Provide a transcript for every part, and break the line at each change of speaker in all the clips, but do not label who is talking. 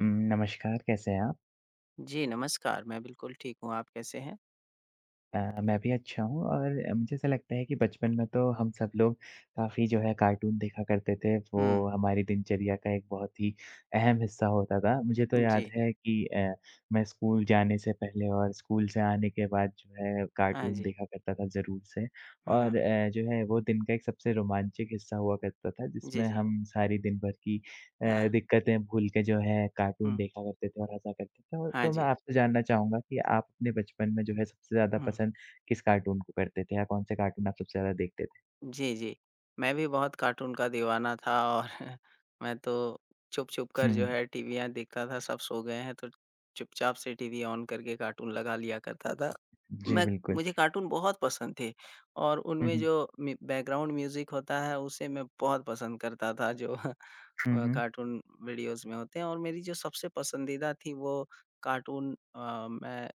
उम, नमस्कार, कैसे हैं आप?
जी, नमस्कार। मैं बिल्कुल ठीक हूँ, आप कैसे हैं?
मैं भी अच्छा हूँ और मुझे ऐसा लगता है कि बचपन में तो हम सब लोग काफ़ी जो है कार्टून देखा करते थे,
हुँ,
वो हमारी दिनचर्या का एक बहुत ही अहम हिस्सा होता था। मुझे तो याद
जी।
है कि मैं स्कूल जाने से पहले और स्कूल से आने के बाद जो है
हाँ
कार्टून
जी।
देखा करता था ज़रूर से
हाँ,
और
हाँ।
जो है वो दिन का एक सबसे रोमांचक हिस्सा हुआ करता था,
जी,
जिसमें
जी।
हम सारी दिन भर की
हाँ।
दिक्कतें भूल के जो है कार्टून
हुँ,
देखा करते थे और हँसा करते थे और
हाँ
तो मैं
जी।
आपसे जानना चाहूँगा कि आप अपने बचपन में जो है सबसे ज़्यादा
हुँ, हुँ।
पसंद किस कार्टून को करते थे या कौन-से कार्टून आप सबसे ज़्यादा देखते थे?
जी, जी। मैं भी बहुत कार्टून का दीवाना था और मैं तो छुप-छुप कर
हुँ,
जो
हुँ।
है टीवीयाँ देखता था, सब सो गए हैं तो चुपचाप से टीवी ऑन करके कार्टून लगा लिया करता था।
जी,
मैं
बिल्कुल।
मुझे कार्टून बहुत पसंद थे और
हुँ,
उनमें
हुँ।
जो मि बैकग्राउंड म्यूज़िक होता है उसे मैं बहुत पसंद करता था जो
हुँ, हुँ।
कार्टून वीडियोज़ में होते हैं और मेरी जो सबसे पसंदीदा थी वो कार्टून मैं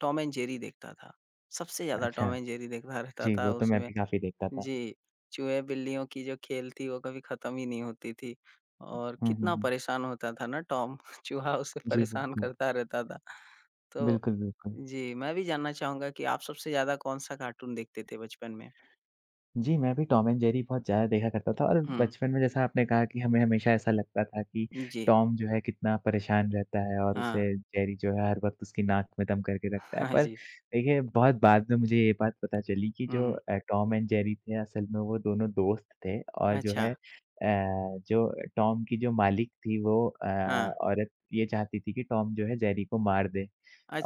टॉम एंड जेरी देखता था। सबसे ज़्यादा
अच्छा।
टॉम एंड जेरी देखता रहता
जी,
था
वो तो मैं
उसमें
भी काफ़ी देखता था।
जी, चूहे-बिल्लियों की जो खेल थी वो कभी ख़त्म ही नहीं होती थी और
हुँ, हुँ,
कितना
हुँ।
परेशान होता था ना टॉम, चूहा उसे
जी,
परेशान
बिल्कुल।
करता रहता था। तो
बिल्कुल, बिल्कुल।
जी, मैं भी जानना चाहूँगा कि आप सबसे ज़्यादा कौन-सा कार्टून देखते थे बचपन में?
जी, मैं भी टॉम एंड जेरी बहुत ज़्यादा देखा करता था और
हुँ,
बचपन में जैसा आपने कहा कि हमें हमेशा ऐसा लगता था कि
जी,
टॉम जो है कितना परेशान रहता है और उसे
हाँ,
जेरी जो है हर वक़्त उसकी नाक में दम करके रखता है।
हाँ
पर
जी,
देखिए बहुत बाद में मुझे ये बात पता चली कि
हुँ,
जो
हुँ,
टॉम एंड जेरी थे असल में वो दोनों दोस्त थे और जो
अच्छा,
है जो टॉम की जो मालिक थी वो
हाँ,
औरत ये चाहती थी कि टॉम जो है जेरी को मार दे।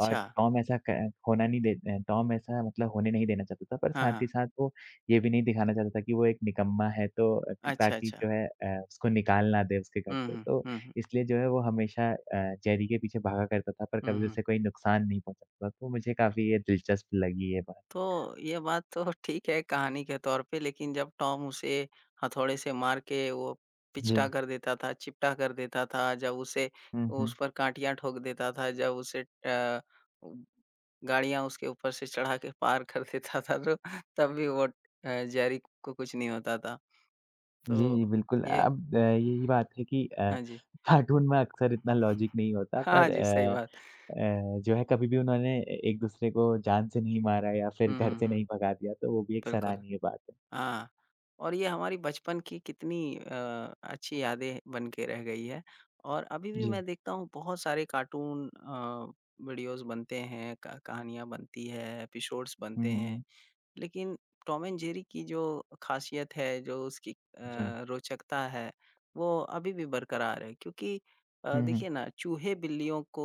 और टॉम ऐसा क होना नहीं दे टॉम ऐसा मतलब होने नहीं देना चाहता था, पर
हाँ,
साथ ही
हाँ,
साथ वो ये भी नहीं दिखाना चाहता था कि वो एक निकम्मा है तो
अच्छा,
ताकि
अच्छा,
जो है उसको निकाल ना दे उसके घर
हुँ,
से।
हुँ,
तो
हुँ, हुँ,
इसलिए जो है वो हमेशा जेरी के पीछे भागा करता था, पर
हुँ,
कभी
हुँ।
उसे कोई नुकसान नहीं पहुँचाता था। तो मुझे काफ़ी ये दिलचस्प लगी ये बात।
तो ये बात तो ठीक है कहानी के तौर पे, लेकिन जब टॉम उसे हथौड़े से मार के वो
जी।
पिचटा कर देता था, चिपटा कर देता था, जब उसे
हुँ,
उस
हुँ।
पर काँटियाँ ठोक देता था, जब उसे गाड़ियाँ उसके ऊपर से चढ़ा के पार कर देता था, तो तब भी वो जेरी को कुछ नहीं होता था।
जी,
तो
जी, बिल्कुल।
ये
अब यही बात है कि
हाँ जी।
कार्टून में अक्सर इतना लॉजिक नहीं होता
हाँ
पर
जी, सही बात।
जो है कभी भी उन्होंने एक-दूसरे को जान से नहीं मारा या फिर
हुँ,
घर
हुँ,
से
हुँ।
नहीं भगा दिया, तो वो भी एक
बिल्कुल।
सराहनीय बात है।
हाँ, और ये हमारी बचपन की कितनी अच्छी यादें बन के रह गई है और अभी भी
जी।
मैं देखता हूँ बहुत सारे कार्टून वीडियोज़ बनते हैं, क कहानियाँ बनती है, एपिसोड्स
हुँ,
बनते
हुँ,
हैं।
हुँ।
लेकिन टॉम एंड जेरी की जो ख़ासियत है, जो उसकी
जी।
रोचकता है, वो अभी भी बरकरार है क्योंकि
हुँ, हुँ।
देखिए ना, चूहे-बिल्लियों को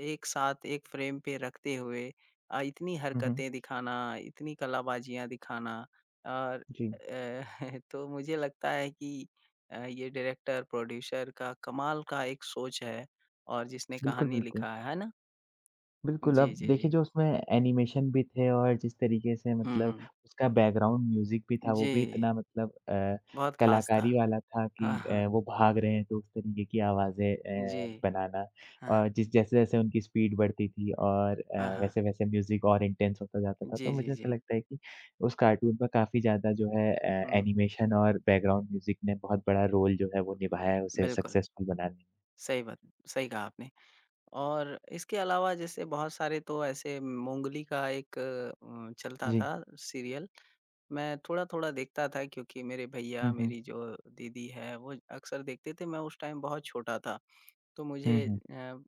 एक साथ एक फ्रेम पे रखते हुए इतनी
हुँ, हुँ।
हरकतें दिखाना, इतनी कलाबाजियाँ दिखाना और
जी।
अ, तो मुझे लगता है कि ये डायरेक्टर, प्रोड्यूसर का कमाल का एक सोच है और जिसने
बिल्कुल,
कहानी
बिल्कुल।
लिखा है ना?
बिल्कुल,
जी,
अब
जी,
देखिए
जी।
जो उसमें एनिमेशन भी थे और जिस तरीके से
हुँ,
मतलब
हुँ।
उसका बैकग्राउंड म्यूज़िक भी था, वो भी
जी,
इतना मतलब
बहुत ख़ास था।
कलाकारी वाला था कि
हाँ, हाँ।
वो भाग रहे हैं तो उस तरीके की आवाज़ें
जी,
बनाना
हाँ।
और जिस जैसे-जैसे उनकी स्पीड बढ़ती थी और
हाँ, हाँ।
वैसे-वैसे म्यूज़िक और इंटेंस होता जाता था।
जी,
तो
जी,
मुझे ऐसा
जी।
लगता है कि उस कार्टून पर काफ़ी ज़्यादा जो है
हुँ।
एनिमेशन और बैकग्राउंड म्यूज़िक ने बहुत बड़ा रोल जो है वो निभाया है उसे
बिल्कुल,
सक्सेसफुल बनाने में।
सही बात सही कहा आपने और इसके अलावा जैसे बहुत सारे तो ऐसे मोंगली का एक चलता था
जी।
सीरियल, मैं थोड़ा-थोड़ा देखता था क्योंकि मेरे भैया,
हुँ, हुँ।
मेरी जो दीदी है, वो अक्सर देखते थे, मैं उस टाइम बहुत छोटा था। तो
हुँ,
मुझे
हुँ।
अ,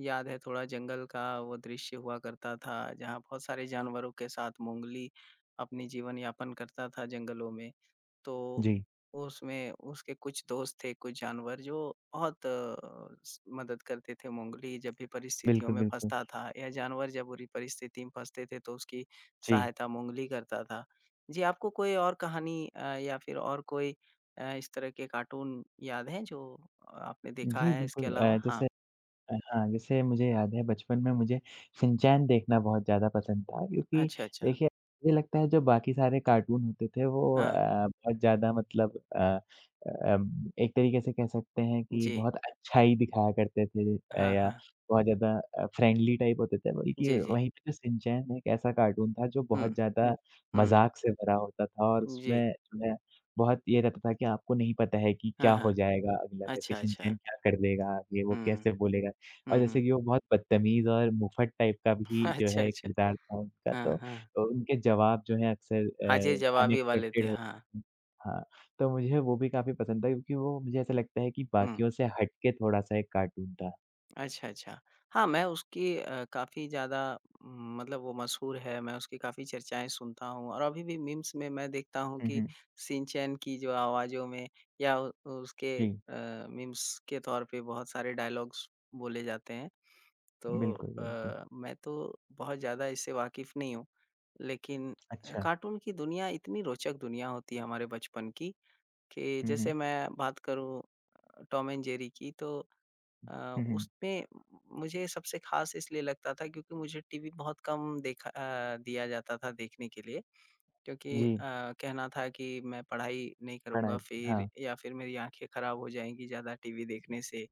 याद है थोड़ा जंगल का वो दृश्य हुआ करता था, जहाँ बहुत सारे जानवरों के साथ मोंगली अपनी जीवन यापन करता था जंगलों में। तो
जी।
उसमें उसके कुछ दोस्त थे, कुछ जानवर जो बहुत स मदद करते थे। मोंगली जब भी परिस्थितियों
बिल्कुल,
में
बिल्कुल।
फँसता था या जानवर जब बुरी परिस्थिति में फँसते थे तो उसकी
जी।
सहायता मोंगली करता था। जी, आपको कोई और कहानी या फिर और कोई इस तरह के कार्टून याद हैं जो आपने देखा
जी,
है इसके
बिल्कुल
अलावा? हाँ,
जैसे हाँ, जैसे मुझे याद है बचपन में मुझे शिनचैन देखना बहुत ज़्यादा पसंद था क्योंकि
अच्छा, अच्छा।
देखिए, मुझे लगता है जो बाकी सारे कार्टून होते थे वो
हाँ,
बहुत ज़्यादा मतलब अम, एक तरीके से कह सकते हैं कि
जी।
बहुत अच्छाई दिखाया करते थे
हाँ,
या
हाँ।
बहुत ज़्यादा फ्रेंडली टाइप होते थे, बल्कि
जी, जी।
वहीं पे जो शिनचैन एक ऐसा कार्टून था जो
हुँ,
बहुत ज़्यादा
हुँ।
मज़ाक से भरा होता था और
जी।
उसमें जो है बहुत ये रहता था कि आपको नहीं पता है कि
हाँ,
क्या हो
हाँ।
जाएगा अगला करके,
अच्छा, अच्छा।
शिनचैन क्या कर देगा आगे, वो
हुँ,
कैसे बोलेगा। और
हुँ,
जैसे
हुँ।
कि वो बहुत बदतमीज़ और मुफ़त टाइप का भी जो
अच्छा,
है
अच्छा।
किरदार था उनका,
हाँ,
तो
हाँ।
उनके जवाब जो हैं अक्सर
हाँ जी, जवाबी वाले थे,
अनएक्सपेक्टेड होते
हाँ।
हैं। हाँ, तो मुझे वो भी काफ़ी पसंद था क्योंकि वो मुझे ऐसा लगता है कि
हुँ,
बाकियों से हट के थोड़ा-सा एक कार्टून था।
अच्छा, अच्छा। हाँ, मैं उसकी काफ़ी ज़्यादा मतलब वो मशहूर है, मैं उसकी काफ़ी चर्चाएँ सुनता हूँ और अभी भी मीम्स में मैं देखता हूँ
हुँ,
कि
हुँ।
शिनचैन की जो आवाज़ों में या उ उसके
जी,
मीम्स के तौर पे बहुत सारे डायलॉग्स बोले जाते हैं। तो
बिल्कुल, बिल्कुल।
मैं तो बहुत ज़्यादा इससे वाकिफ़ नहीं हूँ, लेकिन
अच्छा।
कार्टून की दुनिया इतनी रोचक दुनिया होती है हमारे बचपन की कि
हुँ, हुँ।
जैसे मैं बात करूँ टॉम एंड जेरी की तो
हुँ, हुँ।
उसमें मुझे सबसे ख़ास इसलिए लगता था क्योंकि मुझे टीवी बहुत कम देखा दिया जाता था देखने के लिए क्योंकि
जी,
कहना था कि मैं पढ़ाई नहीं करूँगा
पढ़ाई
फिर
हाँ,
या फिर मेरी आँखें ख़राब हो जाएँगी ज़्यादा टीवी देखने से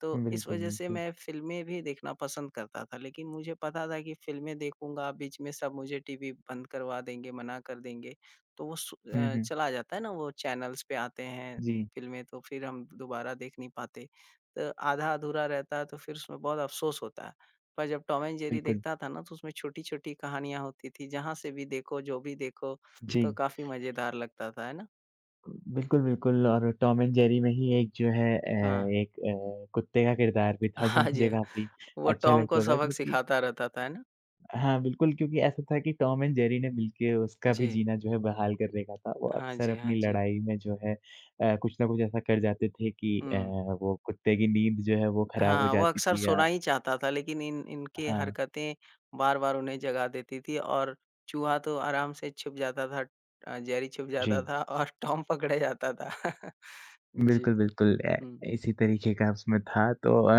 तो इस
बिल्कुल,
वज़ह से
बिल्कुल।
मैं फ़िल्में भी देखना पसंद करता था, लेकिन मुझे पता था कि फ़िल्में देखूँगा, बीच में सब मुझे टीवी बंद करवा देंगे, मना कर देंगे। तो वो
हुँ, हुँ।
चला जाता है ना, वो चैनल्स पे आते हैं
जी,
फ़िल्में, तो फिर हम दोबारा देख नहीं पाते। तो आधा-अधूरा रहता है, तो फिर उसमें बहुत अफ़सोस होता है। पर जब टॉम एंड जेरी
बिल्कुल।
देखता था ना, तो उसमें छोटी-छोटी कहानियाँ होती थी, जहाँ से भी देखो, जो भी देखो, तो
जी।
काफ़ी मज़ेदार लगता था, है ना?
बिल्कुल, बिल्कुल और टॉम एंड जेरी में ही एक जो है
हाँ।
कुत्ते का किरदार भी था जो
हाँ जी,
मुझे
हाँ।
काफ़ी
वो
अच्छा
टॉम को
लगता था
सबक
क्योंकि
सिखाता रहता था, है ना?
हाँ, बिल्कुल क्योंकि ऐसा था कि टॉम एंड जेरी ने मिलके उसका भी
जी।
जीना जो है बहाल कर देगा था। वो
हाँ
अक्सर
जी, हाँ
अपनी
जी।
लड़ाई में जो है कुछ न कुछ ऐसा कर जाते थे कि
हुँ।
वो कुत्ते की नींद जो है वो खराब हो
हाँ, वो
जाती
अक्सर
थी या
सोना ही चाहता था लेकिन इन इनकी
हाँ,
हरकतें बार-बार उन्हें जगा देती थी और चूहा तो आराम से छुप जाता था जेरी छुप जाता
जी।
था और टॉम पकड़ा जाता था। जी।
बिल्कुल, बिल्कुल
हुँ,
इसी तरीके का उसमें था तो अ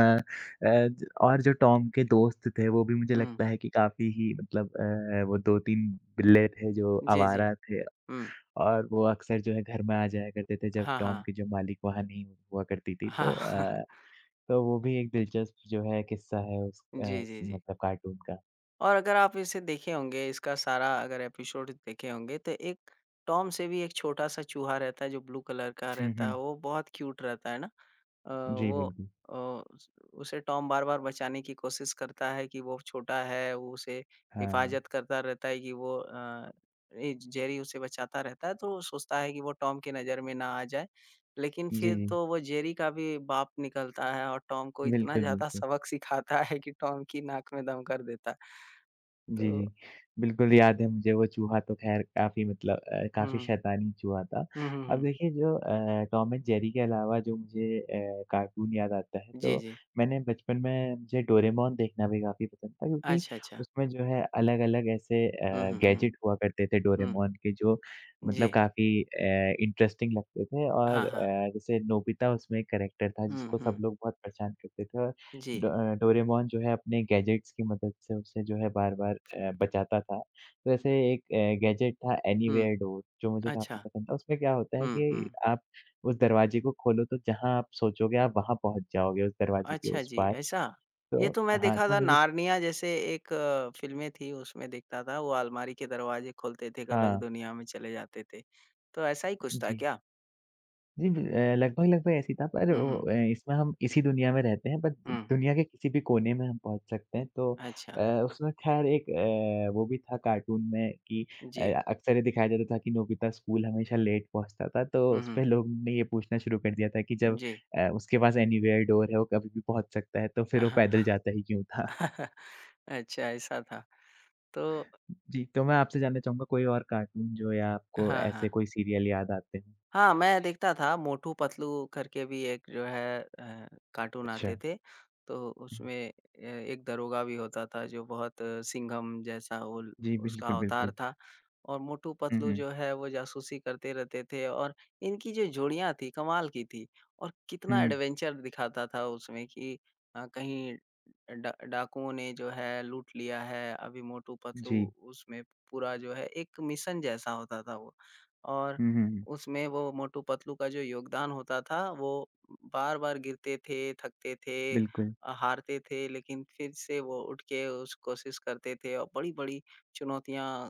अ, ज और जो टॉम के दोस्त थे वो भी मुझे
हुँ।
लगता है कि काफ़ी ही मतलब वो 2-3 बिल्ले थे जो
जी, जी।
आवारा थे
हुँ।
और वो अक्सर जो है घर में आ जाया करते थे जब
हाँ,
टॉम
हाँ।
की जो मालिक वहाँ नहीं हुआ करती थी तो
हाँ।
तो वो भी एक दिलचस्प जो है किस्सा है उस अ,
जी,
स
जी, जी।
मतलब कार्टून का।
और अगर आप इसे देखे होंगे, इसका सारा अगर एपिसोड देखे होंगे तो एक टॉम से भी एक छोटा-सा चूहा रहता है जो ब्लू कलर का
हुँ,
रहता है,
हुँ।
वो बहुत क्यूट रहता है ना?
जी,
वो
बिल्कुल।
उस उसे टॉम बार-बार बचाने की कोशिश करता है कि वो छोटा है, वो उसे
हाँ,
हिफ़ाज़त करता रहता है कि वो ए जेरी उसे बचाता रहता है, तो वो सोचता है कि वो टॉम की नज़र में ना आ जाए। लेकिन
जी,
फिर
जी।
तो वो जेरी का भी बाप निकलता है और टॉम को इतना
बिल्कुल,
ज़्यादा
बिल्कुल।
सबक सिखाता है कि टॉम की नाक में दम कर देता है। तो
जी, जी। बिल्कुल याद है मुझे वो चूहा तो ख़ैर काफ़ी मतलब काफ़ी
हुँ।
शैतानी चूहा था।
हुँ, हुँ,
अब
हुँ।
देखिए जो टॉम एंड जेरी के अलावा जो मुझे कार्टून याद आता है
जी,
तो
जी।
मैंने बचपन में मुझे डोरेमोन देखना भी काफ़ी पसंद था क्योंकि
अच्छा, अच्छा।
उसमें जो है अलग-अलग ऐसे
हुँ, हुँ, हुँ,
गैजेट हुआ करते थे
हुँ।
डोरेमोन के जो मतलब
जी।
काफ़ी इंटरेस्टिंग लगते थे
हाँ,
और
हाँ।
जैसे नोबिता उसमें एक कैरेक्टर था
हुँ,
जिसको सब
हुँ।
लोग बहुत परेशान करते थे और
जी।
डोरेमोन जो है अपने गैजेट्स की मदद से उसे जो है बार-बार बचाता था। तो ऐसे एक गैजेट था
हुँ।
एनीवेयर डोर जो मुझे
अच्छा।
काफ़ी पसंद था। उसमें क्या होता है
हुँ, हुँ।
कि आप उस दरवाजे को खोलो तो जहाँ आप सोचोगे आप वहाँ पहुँच जाओगे उस दरवाजे के
अच्छा
उस
जी,
पार।
ऐसा? ये
तो
तो मैं
हाँ,
देखा
तो
था
मुझे
नार्निया जैसे एक फ़िल्में थी उसमें देखता था, वो अलमारी के दरवाज़े खोलते थे, एक अलग
हाँ,
दुनिया में चले जाते थे। तो ऐसा ही कुछ था
जी।
क्या?
जी, लगभग-लगभग ऐसे ही था पर
हुँ,
वो
हुँ,
इसमें हम इसी दुनिया में रहते हैं, बट
हुँ,
दुनिया के किसी भी कोने में हम पहुँच सकते हैं। तो
अच्छा,
उसमें ख़ैर एक वो भी था कार्टून में कि
जी,
अक्सर ये दिखाया जाता था कि नोबिता स्कूल हमेशा लेट पहुँचता था, तो
हुँ, हुँ,
उसपे लोग ने ये पूछना शुरू कर दिया था कि जब
जी,
उसके पास एनीवेयर डोर है, वो कभी भी पहुँच सकता है, तो
हाँ,
फिर वो
हाँ।
पैदल जाता ही क्यों था?
अच्छा ऐसा था, तो
जी, तो मैं आपसे जानना चाहूँगा कोई और कार्टून जो या आपको
हाँ,
ऐसे
हाँ।
कोई सीरियल याद आते हों?
हाँ, मैं देखता था मोटू पतलू करके भी एक जो है कार्टून
अच्छा।
आते थे। तो
हुँ,
उसमें ए एक दरोगा भी होता था जो बहुत सिंघम जैसा उल
जी,
उसका
बिल्कुल,
अवतार
बिल्कुल।
था और मोटू
हुँ,
पतलू
हुँ।
जो है वो जासूसी करते रहते थे और इनकी जो जोड़ियाँ थी कमाल की थी और कितना
हुँ,
एडवेंचर दिखाता था उसमें कि कहीं डा डाकुओं ने जो है लूट लिया है, अभी मोटू पतलू
जी।
उसमें पूरा जो है एक मिशन जैसा होता था वो। और
हुँ, हुँ, हुँ।
उसमें वो मोटू पतलू का जो योगदान होता था, वो बार-बार गिरते थे, थकते थे
बिल्कुल।
हारते थे, लेकिन फिर से वो उठ के उस कोशिश करते थे और बड़ी-बड़ी चुनौतियाँ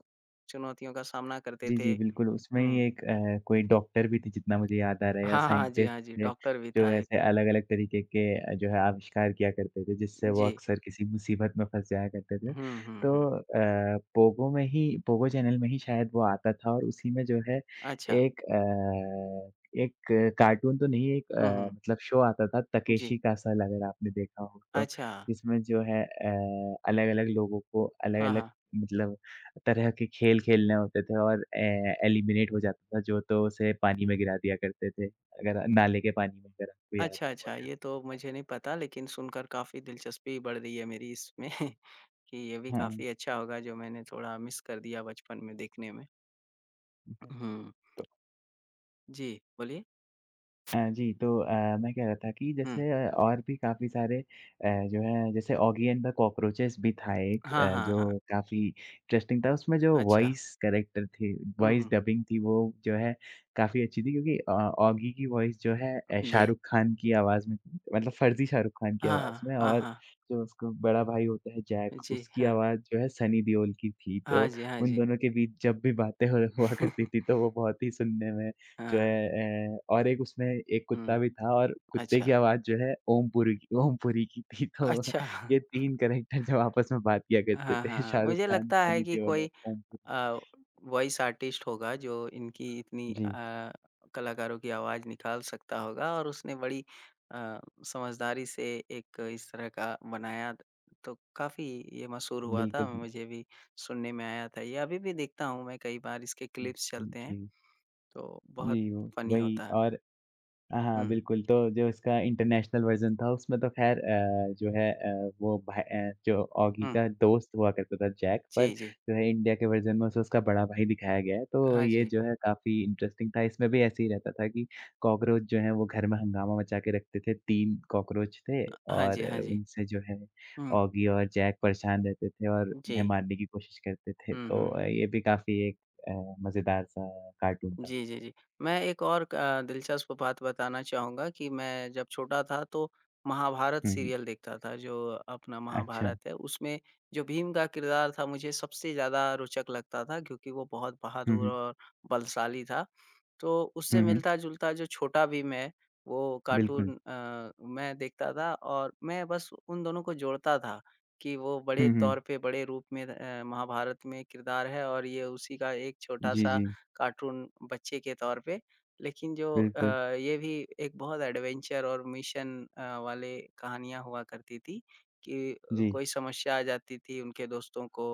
चुनौतियों का सामना करते
जी,
थे।
जी, बिल्कुल, उसमें ही
हुँ।
एक कोई डॉक्टर भी थे जितना मुझे याद आ रहा है या
हाँ, हाँ, जी,
साइंटिस्ट
हाँ जी,
थे,
डॉक्टर भी था
जो
एक।
ऐसे अलग-अलग तरीके के जो है आविष्कार किया करते थे, जिससे वो
जी।
अक्सर किसी मुसीबत में फँस जाया करते थे।
हुँ, हुँ,
तो
हुँ।
पोगो में ही पोगो चैनल में ही शायद वो आता था और उसी में जो है
अच्छा।
एक अ, एक कार्टून तो नहीं एक
हुँ, हुँ।
मतलब शो आता था
जी।
तकेशी का असल अगर आपने देखा हो तो,
अच्छा।
जिसमें जो है अलग-अलग लोगों को
हाँ,
अलग-अलग
हाँ।
मतलब तरह के खेल खेलने होते थे और ए एलिमिनेट हो जाता था जो, तो उसे पानी में गिरा दिया करते थे, अगर नाले के पानी में अगर आपको याद
अच्छा,
हो।
अच्छा, ये तो मुझे नहीं पता लेकिन सुनकर काफ़ी दिलचस्पी बढ़ रही है मेरी इसमें। कि ये भी
हाँ, हुँ,
काफ़ी अच्छा होगा जो मैंने थोड़ा मिस कर दिया बचपन में देखने में।
हुँ।
हुँ, जी, बोलिए।
जी, तो मैं कह रहा था कि
हुँ,
जैसे और भी काफ़ी सारे जो है जैसे ऑगी एंड द कॉकरोचेस भी था एक
हाँ, हाँ,
जो
हाँ,
काफ़ी इंटरेस्टिंग था। उसमें जो
अच्छा।
वॉइस कैरेक्टर थी
हुँ,
वॉइस
हुँ,
डबिंग थी वो जो है काफ़ी अच्छी थी क्योंकि ऑगी की वॉइस जो है
जी।
शाहरुख खान की आवाज़ में थी मतलब फर्ज़ी शाहरुख खान की
हाँ,
आवाज़
हाँ,
में
हाँ,
और
हाँ,
जो उसका बड़ा भाई होता है जैक
जी,
उसकी
हाँ।
आवाज़ जो है सनी देओल की थी। तो
हाँ जी, हाँ
उन
जी।
दोनों के बीच जब भी बातें हो हुआ करती थी तो वो बहुत ही सुनने में जो
हाँ,
है और एक उसमें एक कुत्ता
हुँ,
भी था और कुत्ते की
अच्छा,
आवाज़ जो है ओमपुरी की थी तो
अच्छा।
ये 3 कैरेक्टर जब आपस में बात किया करते
हाँ, हाँ।
थे
हाँ।
शाहरुख
मुझे
खान,
लगता है
सनी
कि
देओल
कोई
और ओमपुरी।
अ, वॉइस आर्टिस्ट होगा जो इनकी इतनी
जी,
कलाकारों की आवाज़ निकाल सकता होगा और उसने बड़ी अ, समझदारी से एक इस तरह का बनाया तो काफ़ी ये मशहूर हुआ था,
बिल्कुल, बिल्कुल।
मुझे भी सुनने में आया था। ये अभी भी देखता हूँ मैं कई बार इसके
हुँ,
क्लिप्स चलते हैं,
हुँ।
तो
जी,
बहुत
जी, वो
फ़नी होता
वही
है।
और हाँ, हाँ,
हुँ,
बिल्कुल, तो जो इसका इंटरनेशनल वर्ज़न था उसमें तो ख़ैर जो है जो ऑगी
हुँ।
का दोस्त हुआ करता था जैक पर
जी, जी।
जो है इंडिया के वर्ज़न में उसे उसका बड़ा भाई दिखाया गया है। तो
हाँ
ये
जी।
जो है काफ़ी इंटरेस्टिंग था, इसमें भी ऐसे ही रहता था कि कॉकरोच जो हैं वो घर में हंगामा मचा के रखते थे, 3 कॉकरोच थे
हाँ
और
जी, हाँ जी।
उनसे जो है
हुँ,
ऑगी और जैक परेशान रहते थे और
जी।
उन्हें मारने की कोशिश करते थे।
हुँ,
तो
हुँ, हुँ।
ये भी काफ़ी एक अ, मज़ेदार सा कार्टून था।
जी, जी, जी। मैं एक और दिलचस्प बात बताना चाहूँगा कि मैं जब छोटा था तो महाभारत
हुँ, हुँ।
सीरियल देखता था, जो अपना
अच्छा।
महाभारत है, उसमें जो भीम का किरदार था मुझे सबसे ज़्यादा रोचक लगता था क्योंकि वो बहुत
हुँ,
बहादुर
हुँ।
और बलशाली था। तो उससे
हुँ, हुँ।
मिलता-जुलता जो छोटा भीम है, वो
बिल्कुल।
कार्टून मैं देखता था और मैं बस उन दोनों को जोड़ता था कि वो बड़े
हुँ, हुँ।
तौर पे, बड़े रूप में महाभारत में किरदार है और ये उसी का एक
जी,
छोटा-सा
जी।
कार्टून बच्चे के तौर पे। लेकिन
बिल्कुल।
ये भी एक बहुत एडवेंचर और मिशन वाले कहानियाँ हुआ करती थी कि
जी,
कोई समस्या आ जाती थी उनके दोस्तों को,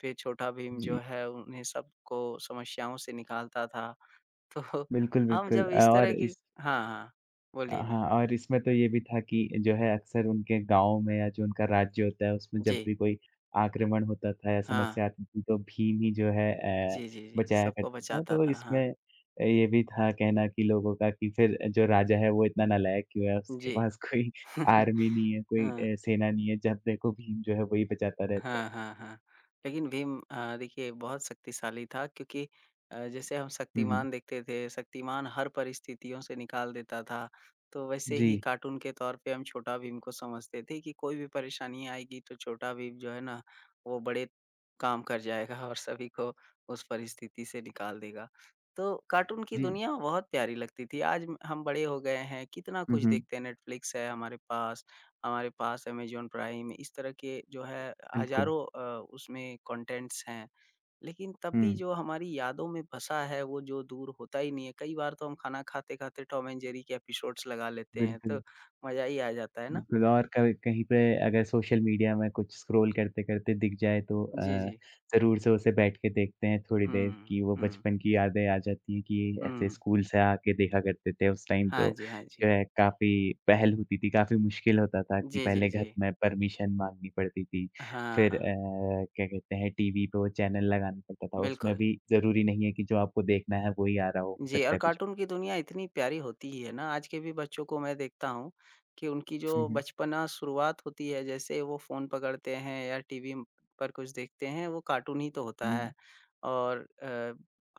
फिर छोटा भीम जो
जी।
है उन्हें सबको समस्याओं से निकालता था। तो
बिल्कुल,
हम
बिल्कुल
जब इस तरह
और
की
इस
हाँ, हाँ, बोलिए।
हाँ, और इसमें तो ये भी था कि जो है अक्सर उनके गाँव में या जो उनका राज्य होता है उसमें
जी,
जब भी कोई आक्रमण होता था या
हाँ।
समस्या आती थी तो भीम ही जो है अ,
जी, जी, जी,
बचाया
सबको
करता था।
बचाता
तो
था। हाँ,
इसमें ये भी था कहना कि लोगों का कि फिर जो राजा है वो इतना नालायक क्यों है? उसके
जी।
पास कोई आर्मी नहीं है, कोई
हाँ।
सेना नहीं है। जब देखो भीम जो है वही बचाता रहता
हाँ,
है।
हाँ, हाँ। लेकिन भीम देखिए बहुत शक्तिशाली था क्योंकि जैसे हम
हुँ, हुँ।
शक्तिमान देखते थे, शक्तिमान हर परिस्थितियों से निकाल देता था। तो वैसे
जी,
ही कार्टून के तौर पे हम छोटा भीम को समझते थे कि कोई भी परेशानी आएगी तो छोटा भीम जो है ना, वो बड़े काम कर जाएगा और सभी को उस परिस्थिति से निकाल देगा। तो कार्टून की
जी।
दुनिया बहुत प्यारी लगती थी। आज हम बड़े हो गए हैं, कितना
हुँ,
कुछ
हुँ।
देखते हैं, नेटफ्लिक्स है हमारे पास। हमारे पास अमेज़न प्राइम इस तरह के जो है
बिल्कुल।
हज़ारों उसमें कंटेंट्स हैं। लेकिन तब भी
हुँ,
जो हमारी यादों में बसा है वो जो दूर होता ही नहीं है। कई बार तो हम खाना खाते-खाते टॉम एंड जेरी के एपिसोड्स लगा लेते हैं तो
बिल्कुल,
मज़ा ही आ जाता है ना?
बिल्कुल और कभी कहीं पे अगर सोशल मीडिया में कुछ स्क्रॉल करते-करते दिख जाए तो
जी, जी।
ज़रूर से उसे बैठ के देखते हैं थोड़ी देर
हुँ,
कि वो
हुँ,
बचपन की यादें आ जाती हैं कि ऐसे
हुँ।
स्कूल से आके देखा करते थे। उस टाइम
हाँ
तो
जी, हाँ जी।
जो है काफ़ी पहल होती थी, काफ़ी मुश्किल होता था कि
जी, जी,
पहले
जी।
घर में परमिशन माँगनी पड़ती थी। फिर
हाँ,
क्या कहते हैं टीवी पे वो चैनल लगाना पड़ता था, उसमें
बिल्कुल।
भी ज़रूरी नहीं है कि जो आपको देखना है वो ही आ रहा हो
जी,
सकता
और
है कुछ
कार्टून की दुनिया इतनी प्यारी होती ही है ना, आज के भी बच्चों को मैं देखता हूँ कि उनकी
हुँ,
जो
हुँ।
बचपना शुरुआत होती है, जैसे वो फ़ोन पकड़ते हैं या टीवी पर कुछ देखते हैं, वो कार्टून ही तो होता
हुँ,
है। और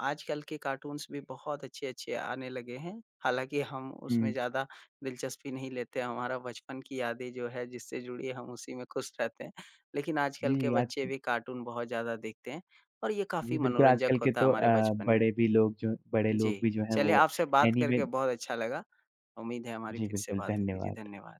आजकल के कार्टून्स भी बहुत अच्छे-अच्छे आने लगे हैं, हालाँकि हम उसमें
हुँ।
ज़्यादा दिलचस्पी नहीं लेते, हमारा बचपन की यादें जो है जिससे जुड़ी है, हम उसी में खुश रहते हैं। लेकिन आजकल के
जी, आज
बच्चे
के
भी कार्टून बहुत ज़्यादा देखते हैं और ये काफ़ी
जी, बिल्कुल,
मनोरंजक
आजकल के
होता है
तो
हमारे बचपन में।
बड़े भी लोग जो बड़े
जी,
लोग भी जो हैं
चलिए
वो
आपसे बात
एनीमे
करके बहुत अच्छा लगा। उम्मीद है हमारी
जी,
फिर से
बिल्कुल,
बात होगी। जी,
धन्यवाद।
धन्यवाद।